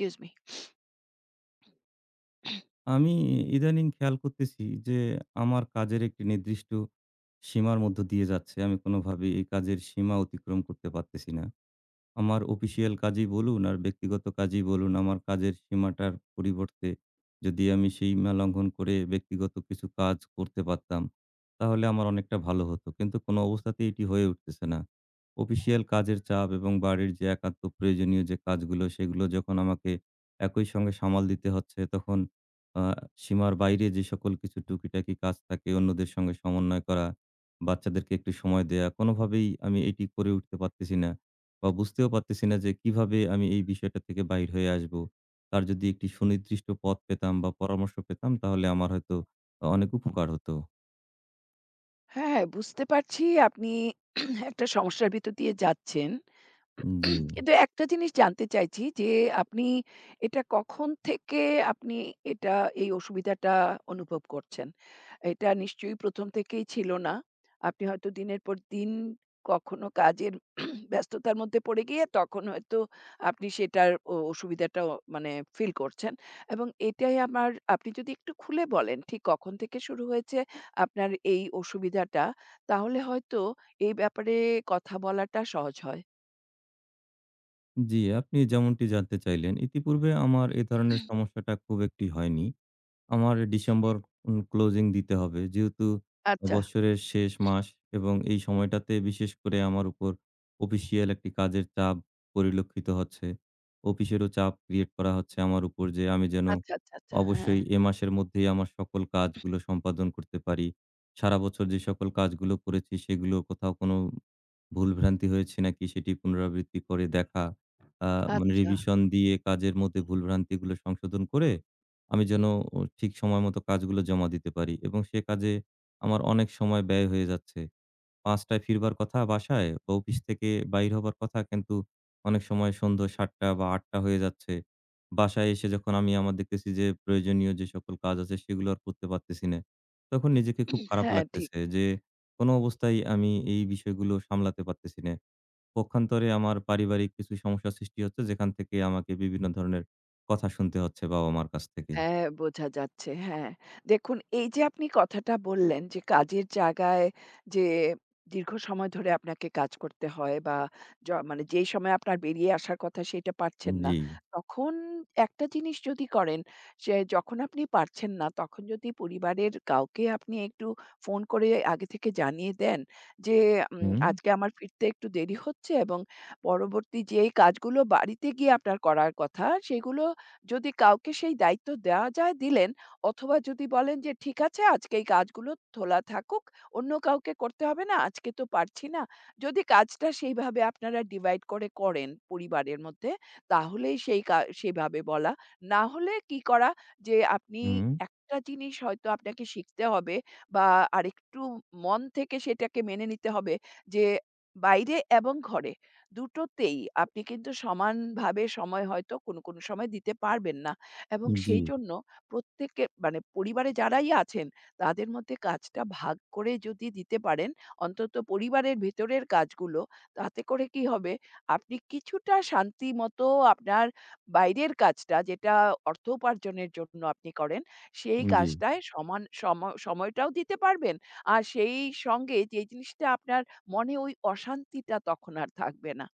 Excuse me. আমি ইদানিং খেয়াল করতেছি যে আমার কাজের একটি নির্দিষ্ট সীমার মধ্য দিয়ে যাচ্ছে। আমি কোনোভাবেই এই কাজের সীমা অতিক্রম করতে পারতেছি না। আমার অফিসিয়াল কাজই বলুন আর ব্যক্তিগত কাজই বলুন, আমার কাজের সীমাটার পরিবর্তে যদি আমি সেই সীমা লঙ্ঘন করে ব্যক্তিগত কিছু কাজ করতে পারতাম, তাহলে আমার অনেকটা ভালো হতো। কিন্তু কোনো অবস্থাতেই এটি হয়ে উঠতেছে না। অফিসিয়াল কাজের চাপ এবং বাড়ির যে একান্ত প্রয়োজনীয় যে কাজগুলো, সেগুলো যখন আমাকে একই সঙ্গে সামাল দিতে হচ্ছে, তখন আ সীমার বাইরে যে সকল কিছু টুকিটাকি কাজ থাকে, অন্যদের সঙ্গে সমন্বয় করা, বাচ্চাদেরকে একটু সময় দেয়া, কোনোভাবেই আমি এটি করে উঠতে পারতেছি না। বা বুঝতেও পারতেছি না যে কিভাবে আমি এই বিষয়টা থেকে বাইর হয়ে আসব। তার যদি একটি সুনির্দিষ্ট পথ পেতাম বা পরামর্শ পেতাম তাহলে আমার হয়তো অনেক উপকার হতো। হ্যাঁ, হ্যাঁ, বুঝতে পারছি আপনি একটা সমস্যার ভিতর দিয়ে যাচ্ছেন। জি, কিন্তু একটা জিনিস জানতে চাইছি যে আপনি এটা কখন থেকে আপনি এটা এই অসুবিধাটা অনুভব করছেন? এটা নিশ্চয়ই ১ম থেকেই ছিল না। আপনি হয়তো দিনের পর দিন কখনো কাজের ব্যস্ততার মধ্যে পড়ে গিয়ে তখন হয়তো আপনি সেটার অসুবিধাটাও মানে ফিল করছেন, এবং এটাই আমার আপনি যদি একটু খুলে বলেন ঠিক কখন থেকে শুরু হয়েছে আপনার এই অসুবিধাটা? তাহলে হয়তো এই ব্যাপারে কথা বলাটা সহজ হয়। জি, আপনি যেমনটি জানতে চাইলেন ইতিপূর্বে আমার এ ধরনের সমস্যাটা খুব একটি হয়নি। আমার ডিসেম্বর ক্লোজিং দিতে হবে। যেহেতু আচ্ছা, বৎসরের শেষ মাস এবং এই সময়টাতে বিশেষ করে আমার উপর অফিসিয়াল একটি কাজের চাপ পরিলক্ষিত হচ্ছে। অফিসেরও চাপ ক্রিয়েট করা হচ্ছে আমার উপর যে আমি যেন আচ্ছা, আচ্ছা, আচ্ছা। হ্যাঁ, অবশ্যই এ মাসের মধ্যেই আমার সকল কাজগুলো সম্পাদন করতে পারি। সারা বছর যে সকল কাজগুলো করেছি সেগুলো কোথাও কোনো ভুলভ্রান্তি হয়েছে নাকি সেটি পুনরাবৃত্তি করে দেখা। আ মানে আচ্ছা। রিভিশন দিয়ে কাজের মধ্যে ভুলভ্রান্তিগুলো সংশোধন করে আমি যেন ও ঠিক সময় মতো কাজগুলো জমা দিতে পারি এবং সে কাজে আমার অনেক সময় ব্যয় হয়ে যাচ্ছে। ৫টায় ফিরবার কথা বাসায় বা অফিস থেকে বাইর হবার কথা, কিন্তু অনেক সময় সন্ধ্যা ৭:০০ বা ৮:০০ হয়ে যাচ্ছে। বাসায় এসে যখন আমি আমার দেখতেছি যে প্রয়োজনীয় যে সকল কাজ আছে সেগুলো আর করতে পারতেছি না। তখন নিজেকে খুব খারাপ হ্যাঁ, ঠিক। লাগতেছে যে কোনো অবস্থায় আমি এই বিষয়গুলো সামলাতে পারতেছি না। পক্ষান্তরে আমার পারিবারিক কিছু সমস্যার সৃষ্টি হচ্ছে যেখান থেকে আমাকে বিভিন্ন ধরনের কথা শুনতে হচ্ছে বাবা-মার কাছ থেকে। হ্যাঁ, বোঝা যাচ্ছে। হ্যাঁ। দেখুন, এই যে আপনি কথাটা বললেন যে কাজের জায়গায় যে দীর্ঘ সময় ধরে আপনাকে কাজ করতে হয়, বা মানে যেই সময় আপনার বেরিয়ে আসার কথা সেটা পারছেন না। জি। তখন একটা জিনিস যদি করেন, সে যখন আপনি পারছেন না তখন যদি পরিবারের কাউকে আপনি একটু ফোন করে আগে থেকে জানিয়ে দেন যে হুম, আজকে আমার ফিরতে একটু দেরি হচ্ছে, এবং পরবর্তী যেই কাজগুলো বাড়িতে গিয়ে আপনার করার কথা সেগুলো যদি কাউকে সেই দায়িত্ব দেওয়া যায় দিলেন, অথবা যদি বলেন যে ঠিক আছে আজকে এই কাজগুলো তোলা থাকুক, অন্য কাউকে করতে হবে না, আজকে তো পারছি না। যদি কাজটা সেইভাবে আপনারা ডিভাইড করে করেন পরিবারের মধ্যে, তাহলেই সেই সেভাবে বলা, না হলে কি করা, যে আপনি হুম। একটা জিনিস হয়তো আপনাকে শিখতে হবে, বা আরেকটু মন থেকে সেটাকে মেনে নিতে হবে যে বাইরে এবং ঘরে দুটোতেই আপনি কিন্তু সমানভাবে সময় হয়তো কোনো সময় দিতে পারবেন না, এবং জি, সেই জন্য প্রত্যেকে মানে পরিবারে যারাই আছেন তাদের মধ্যে কাজটা ভাগ করে যদি দিতে পারেন, অন্তত পরিবারের ভেতরের কাজগুলো, তাতে করে কি হবে আপনি কিছুটা শান্তি মতো আপনার বাইরের কাজটা, যেটা অর্থ উপার্জনের জন্য আপনি করেন, সেই জি। কাজটায় সমান সম সময়টাও দিতে পারবেন। আর সেই সঙ্গে যেই জিনিসটা আপনার মনে ওই অশান্তিটা তখন আর থাকবে না।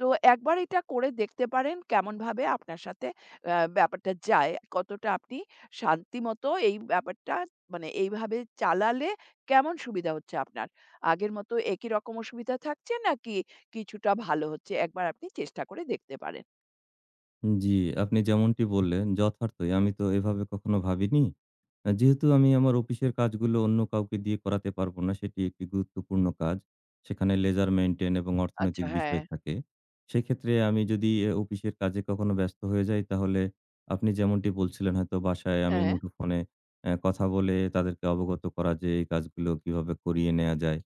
তো একবার এটা করে দেখতে পারেন কেমনভাবে আপনার সাথে ব্যাপারটা যায়। কতটা আপনি শান্তিমতো এই ব্যাপারটা মানে এইভাবে চালালে কেমন সুবিধা হচ্ছে আপনার? আগের মতো একই রকম অসুবিধা থাকছে, নাকি কিছুটা ভালো হচ্ছে? একবার আপনি চেষ্টা করে দেখতে পারেন। জি, আপনি যেমনটি বললেন যথার্থই। আমি তো এভাবে কখনো ভাবিনি। যেহেতু আমি আমার অফিসের কাজগুলো অন্য কাউকে দিয়ে করাতে পারবো না, সেটি একটি গুরুত্বপূর্ণ কাজ। সেখানে লেজার মেইনটেইন এবং আচ্ছা, অর্থনৈতিক হ্যাঁ, বিষয় থাকে। সেক্ষেত্রে আমি যদি এ অফিসের কাজে কখনো ব্যস্ত হয়ে যাই, তাহলে আপনি যেমনটি বলছিলেন হয়তো বাসায় আমি হ্যাঁ, মুঠোফোনে কথা বলে তাদেরকে অবগত করা, যে এই কাজগুলো কিভাবে করিয়ে নেয়া যায়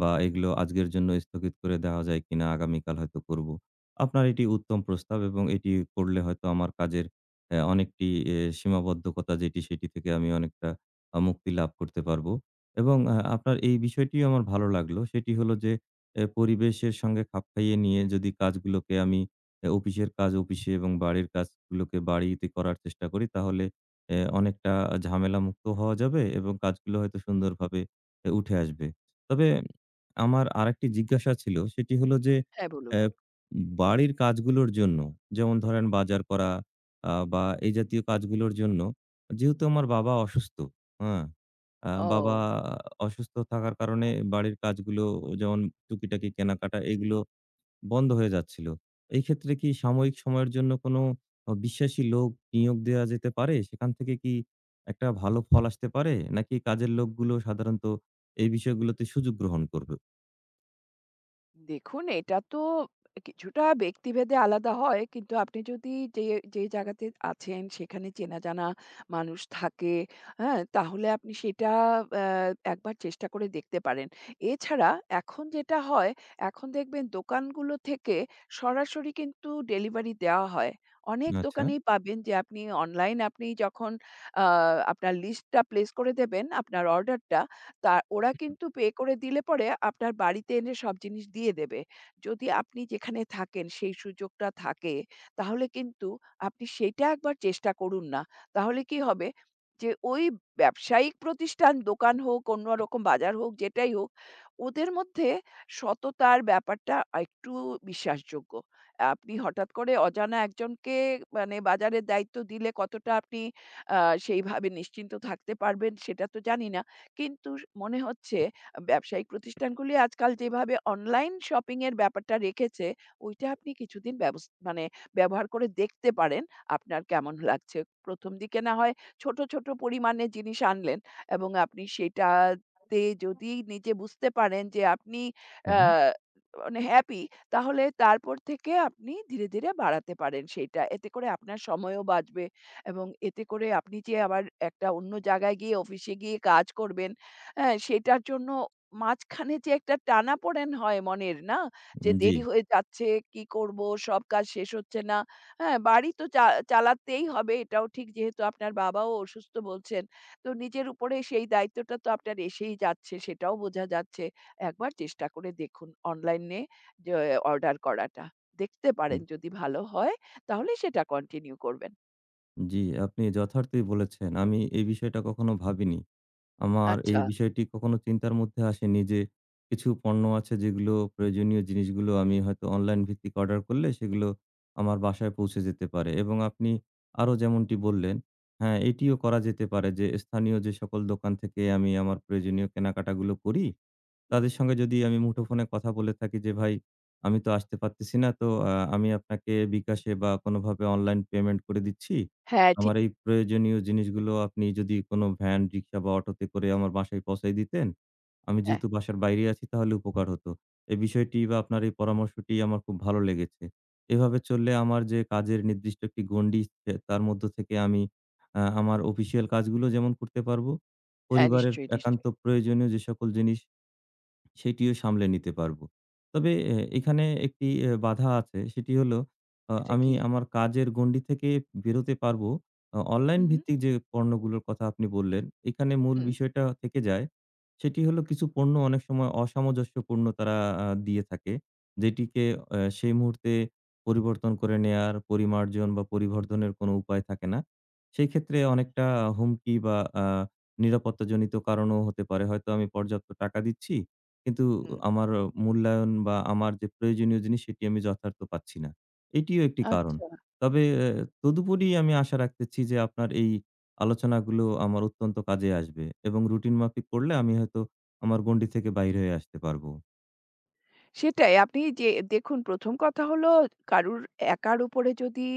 বা এগুলো আজকের জন্য স্থগিত করে দেওয়া যায় কিনা, আগামীকাল হয়তো করব। আপনার এটি উত্তম প্রস্তাব, এবং এটি করলে হয়তো আমার কাজের অনেকটি এ সীমাবদ্ধকতা, যেটি, সেটি থেকে আমি অনেকটা মুক্তি লাভ করতে পারবো। এবং হুম। আপনার এই বিষয়টিও আমার ভালো লাগলো। সেটি হলো যে এ পরিবেশের সঙ্গে খাপ খাইয়ে নিয়ে যদি কাজগুলোকে আমি এ অফিসের কাজ অফিসে এবং বাড়ির কাজগুলোকে বাড়িতে করার চেষ্টা করি, তাহলে অনেকটা ঝামেলামুক্ত হওয়া যাবে এবং কাজগুলো হয়তো সুন্দরভাবে উঠে আসবে। তবে আমার আরেকটি জিজ্ঞাসা ছিল, সেটি হলো যে, হ্যাঁ, বলুন। অ্যা বাড়ির কাজগুলোর জন্য, যেমন ধরেন বাজার করা বা এই জাতীয় কাজগুলোর জন্য, যেহেতু আমার বাবা অসুস্থ, হ্যাঁ? বাবা ও। অসুস্থ থাকার কারণে বাড়ির কাজগুলো, যেমন টুকিটাকি কেনাকাটা, এগুলো বন্ধ হয়ে যাচ্ছিল। এই ক্ষেত্রে কি সাময়িক সময়ের জন্য কোনো বিশ্বাসী লোক নিয়োগ দেয়া যেতে পারে? সেখান থেকে কি একটা ভালো ফল আসতে পারে? নাকি কাজের লোকগুলো সাধারণত এই বিষয়গুলোতে সুযোগ গ্রহণ করবে? দেখুন, এটা তো কিছুটা ব্যক্তিভেদে আলাদা হয়। কিন্তু আপনি যদি যে, যে জায়গাতে আছেন সেখানে চেনা জানা মানুষ থাকে, হ্যাঁ? তাহলে আপনি সেটা অ্যা একবার চেষ্টা করে দেখতে পারেন। এছাড়া এখন যেটা হয়, এখন দেখবেন দোকানগুলো থেকে সরাসরি কিন্তু ডেলিভারি দেওয়া হয়। অনেক আচ্ছা, দোকানেই পাবেন যে আপনি অনলাইন আপনি যখন আ আপনার লিস্টটা প্লেস করে দেবেন, আপনার অর্ডারটা তা ওরা কিন্তু পে করে দিলে পরে আপনার বাড়িতে এনে সব জিনিস দিয়ে দেবে। যদি আপনি যেখানে থাকেন সেই সুযোগটা থাকে, তাহলে কিন্তু আপনি সেইটা একবার চেষ্টা করুন না। তাহলে কি হবে, যে ওই ব্যবসায়িক প্রতিষ্ঠান, দোকান হোক, অন্য রকম বাজার হোক, যেটাই হোক, ওদের মধ্যে সততার ব্যাপারটা আরেকটু বিশ্বাসযোগ্য। আপনি হঠাৎ করে অজানা একজনকে মানে বাজারের দায়িত্ব দিলে কতটা আপনি আ সেইভাবে নিশ্চিন্ত থাকতে পারবেন সেটা তো জানি না। কিন্তু মনে হচ্ছে ব্যবসায়িক প্রতিষ্ঠানগুলি আজকাল যেভাবে অনলাইন শপিং এর ব্যাপারটা রেখেছে, ওইটা আপনি কিছুদিন ব্যবস মানে ব্যবহার করে দেখতে পারেন, আপনার কেমন লাগছে। ১ম দিকে না হয় ছোট, ছোট পরিমাণে জিনিস আনলেন, এবং আপনি সেটাতে যদি নিজে বুঝতে পারেন যে আপনি আ হ্যাঁ, মানে হ্যাপি, তাহলে তারপর থেকে আপনি ধীরে, ধীরে বাড়াতে পারেন সেইটা। এতে করে আপনার সময়ও বাঁচবে। এবং এতে করে আপনি যে আবার একটা অন্য জায়গায় গিয়ে অফিসে গিয়ে কাজ করবেন, হ্যাঁ? সেটার জন্য মাঝখানে যে একটা টানাপোড়েন হয় মনের, না? যে জি। দেরি হয়ে যাচ্ছে, কি করব? সব কাজ শেষ হচ্ছে না। হ্যাঁ, বাড়ি তো চালাতেই হবে, এটাও ঠিক যেহেতু আপনার বাবাও অসুস্থ বলছেন। তো নিজের উপরে সেই দায়িত্বটা তো আপনার এসেই যাচ্ছে, সেটাও বোঝা যাচ্ছে। একবার চেষ্টা করে দেখুন অনলাইনে যে অর্ডার করাটা। দেখতে পারেন, যদি ভালো হয় তাহলে সেটা কন্টিনিউ করবেন। জি, আপনি যথার্থই বলেছেন। আমি এই বিষয়টা কখনো ভাবিনি। আমার এই আচ্ছা। বিষয়টি কখনো চিন্তার মধ্যে আসেনি যে, কিছু পণ্য আছে, যেগুলো প্রয়োজনীয় জিনিসগুলো আমি হয়তো অনলাইন ভিত্তিক অর্ডার করলে সেগুলো আমার বাসায় পৌঁছে যেতে পারে। এবং আপনি আরো যেমনটি বললেন, হ্যাঁ, এটিও করা যেতে পারে যে স্থানীয় যে সকল দোকান থেকে আমি আমার প্রয়োজনীয় কেনাকাটাগুলো করি, হুম। তাদের সঙ্গে যদি আমি মুঠোফোনে কথা বলে থাকি যে, "ভাই, আমি তো আসতে পারতেছি না। তো আমি আপনাকে বিকাশে বা কোনোভাবে অনলাইন পেমেন্ট করে দিচ্ছি। হ্যাঁ, ঠিক। আমার এই প্রয়োজনীয় জিনিসগুলো আপনি যদি কোনো ভ্যান, রিক্সা বা অটোতে করে আমার বাসায় পৌঁছায় দিতেন, আমি হ্যাঁ, যেহেতু বাসার বাইরে আছি, তাহলে উপকার হতো।" এই বিষয়টি বা আপনার এই পরামর্শটি আমার খুব ভালো লেগেছে। এভাবে চললে আমার যে কাজের নির্দিষ্ট একটি গণ্ডি, সে তার মধ্য থেকে আমি আমার অফিসিয়াল কাজগুলো যেমন করতে পারবো, হ্যাঁ, পরিবারের নিশ্চয়ই, একান্ত নিশ্চয়ই। প্রয়োজনীয় যে সকল জিনিস, সেটিও সামলে নিতে পারবো। তবে এখানে একটি বাধা আছে। সেটি হলো এটা আমি কি? আমার কাজের গণ্ডি থেকে বেরোতে পারবো। হু, অনলাইন হু। ভিত্তিক যে পণ্যগুলোর কথা আপনি বললেন, এখানে মূল হুম, বিষয়টা থেকে যায়। সেটি হলো, কিছু পণ্য অনেক সময় অসামঞ্জস্যপূর্ণ তারা দিয়ে থাকে। যেটিকে সেই মুহূর্তে পরিবর্তন করে নেয়ার পরিমার্জন বা পরিবর্ধনের কোনো উপায় থাকে না। সেই ক্ষেত্রে অনেকটা হুমকি বা নিরাপত্তাজনিত কারণও হতে পারে। হয়তো আমি পর্যাপ্ত টাকা দিচ্ছি, কিন্তু হুম। আমার মূল্যায়ন বা আমার যে প্রয়োজনীয় জিনিস, সেটি আমি যথার্থ পাচ্ছি না। এটিও একটি কারণ। আচ্ছা। তবে তদুপরি আমি আশা রাখতেছি যে আপনার এই আলোচনাগুলো আমার অত্যন্ত কাজে আসবে এবং রুটিন মাফিক করলে আমি হয়তো আমার গণ্ডি থেকে বাইরে হয়ে আসতে পারবো। সেটাই। আপনি যে দেখুন, ১ম কথা হলো কারুর একার উপরে যদি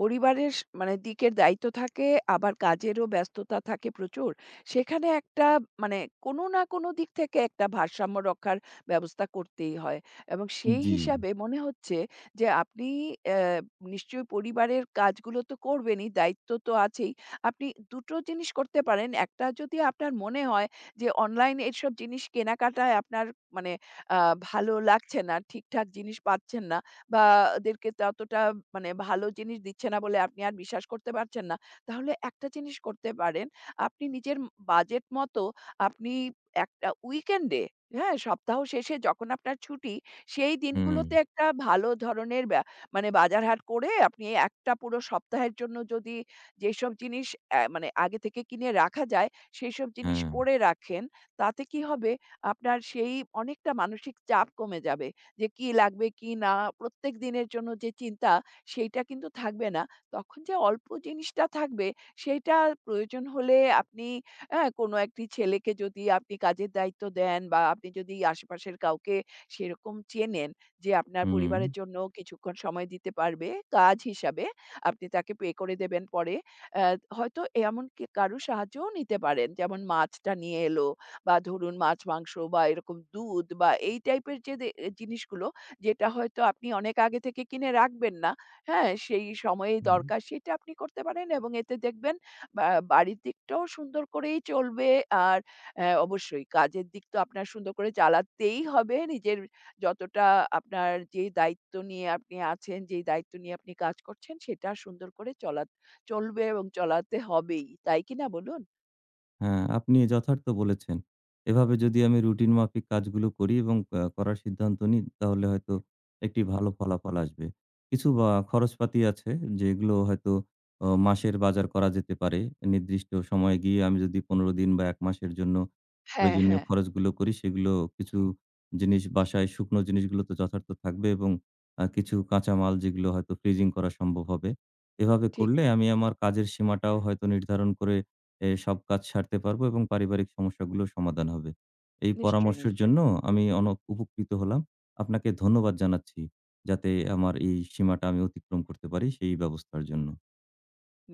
পরিবারের মানে দিকের দায়িত্ব থাকে, আবার কাজেরও ব্যস্ততা থাকে প্রচুর। সেখানে একটা মানে কোনো না কোনো দিক থেকে একটা ভারসাম্য রক্ষার ব্যবস্থা করতেই হয়। এবং সেই জি। হিসাবে মনে হচ্ছে যে আপনি অ্যা নিশ্চয়ই পরিবারের কাজগুলো তো করবেনই, দায়িত্ব তো আছেই। আপনি ২ টো জিনিস করতে পারেন। একটা যদি আপনার মনে হয় যে অনলাইন এসব জিনিস কেনাকাটায় আপনার মানে আ ভালো লাগছে না, ঠিকঠাক জিনিস পাচ্ছেন না, বা ওদেরকে ততটা মানে ভালো জিনিস দিচ্ছে না বলে আপনি আর বিশ্বাস করতে পারছেন না। তাহলে একটা জিনিস করতে পারেন, আপনি নিজের বাজেট মতো আপনি একটা উইকেন্ডে, হ্যাঁ? সপ্তাহ শেষে যখন আপনার ছুটি, সেই হুম, দিনগুলোতে একটা ভালো ধরনের মানে বাজার-হাট করে আপনি একটা পুরো সপ্তাহের জন্য যদি যেসব জিনিস মানে আগে থেকে কিনে রাখা যায়, সেইসব জিনিস হ্যাঁ। করে রাখেন। তাতে কি হবে আপনার সেই অনেকটা মানসিক চাপ কমে যাবে। যে কি লাগবে কি না প্রত্যেক দিনের জন্য যে চিন্তা, সেইটা কিন্তু থাকবে না। তখন যে অল্প জিনিসটা থাকবে সেইটা প্রয়োজন হলে আপনি হ্যাঁ, কোনো একটি ছেলেকে যদি আপনি কাজের দায়িত্ব দেন বা আপনি যদি আশেপাশের কাউকে সেরকম চেনেন যে আপনার হুম, পরিবারের জন্য কিছুক্ষণ সময় দিতে পারবে কাজ হিসাবে, আপনি তাকে পে করে দেবেন পরে। অ্যা হয়তো এমন কারো সাহায্যও নিতে পারেন। যেমন মাছটা নিয়ে এলো, বা ধরুন মাছ-মাংস বা এরকম দুধ বা এই টাইপের যে জিনিসগুলো, যেটা হয়তো আপনি অনেক আগে থেকে কিনে রাখবেন না, হ্যাঁ? সেই সময়েই হুম। দরকার, সেটা আপনি করতে পারেন এবং এতে দেখবেন বা বাড়ির দিকটাও সুন্দর করেই চলবে। আর হ্যাঁ, অবশ্যই কাজের দিক তো আপনার সুন্দর করে চালাতেই হবে। নিজের যতটা আপনার যেই দায়িত্ব নিয়ে আপনি আছেন, যেই দায়িত্ব নিয়ে আপনি কাজ করছেন সেটা সুন্দর করে চলবে, এবং চলাতে হবেই। তাই কিনা বলুন? হ্যাঁ, আপনি যথার্থ বলেছেন। এভাবে যদি আমি রুটিন মাফিক কাজগুলো করি এবং করার সিদ্ধান্ত নিই, তাহলে হয়তো একটি ভালো ফলাফল আসবে। কিছু বা খরচপাতি আছে যেগুলো হয়তো মাসের বাজার করা যেতে পারে। নির্দিষ্ট সময়ে গিয়ে আমি যদি ১৫ দিন বা ১ মাসের জন্য হ্যাঁ, প্রয়োজনীয় হ্যাঁ। খরচগুলো করি, সেগুলো কিছু জিনিস বাসায় শুকনো জিনিসগুলো তো যথার্থ থাকবে এবং কিছু কাঁচামাল যেগুলো হয়তো ফ্রিজিং করা সম্ভব হবে। এভাবে ঠিক। করলে আমি আমার কাজের সীমাটাও হয়তো নির্ধারণ করে এ সব কাজ সারতে পারবো এবং পারিবারিক সমস্যাগুলোর সমাধান হবে। এই নিশ্চয়ই, পরামর্শের নিশ্চয়ই। জন্য আমি অনেক উপকৃত হলাম। আপনাকে ধন্যবাদ জানাচ্ছি। যাতে আমার এই সীমাটা আমি অতিক্রম করতে পারি, সেই ব্যবস্থার জন্য।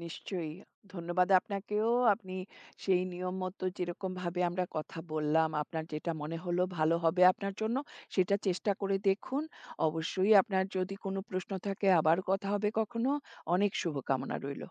নিশ্চয়ই। ধন্যবাদ আপনাকেও। আপনি সেই নিয়ম মতো যেরকমভাবে আমরা কথা বললাম, আপনার যেটা মনে হলো ভালো হবে আপনার জন্য, সেটা চেষ্টা করে দেখুন। অবশ্যই আপনার যদি কোনো প্রশ্ন থাকে আবার কথা হবে কখনো। অনেক শুভকামনা রইল।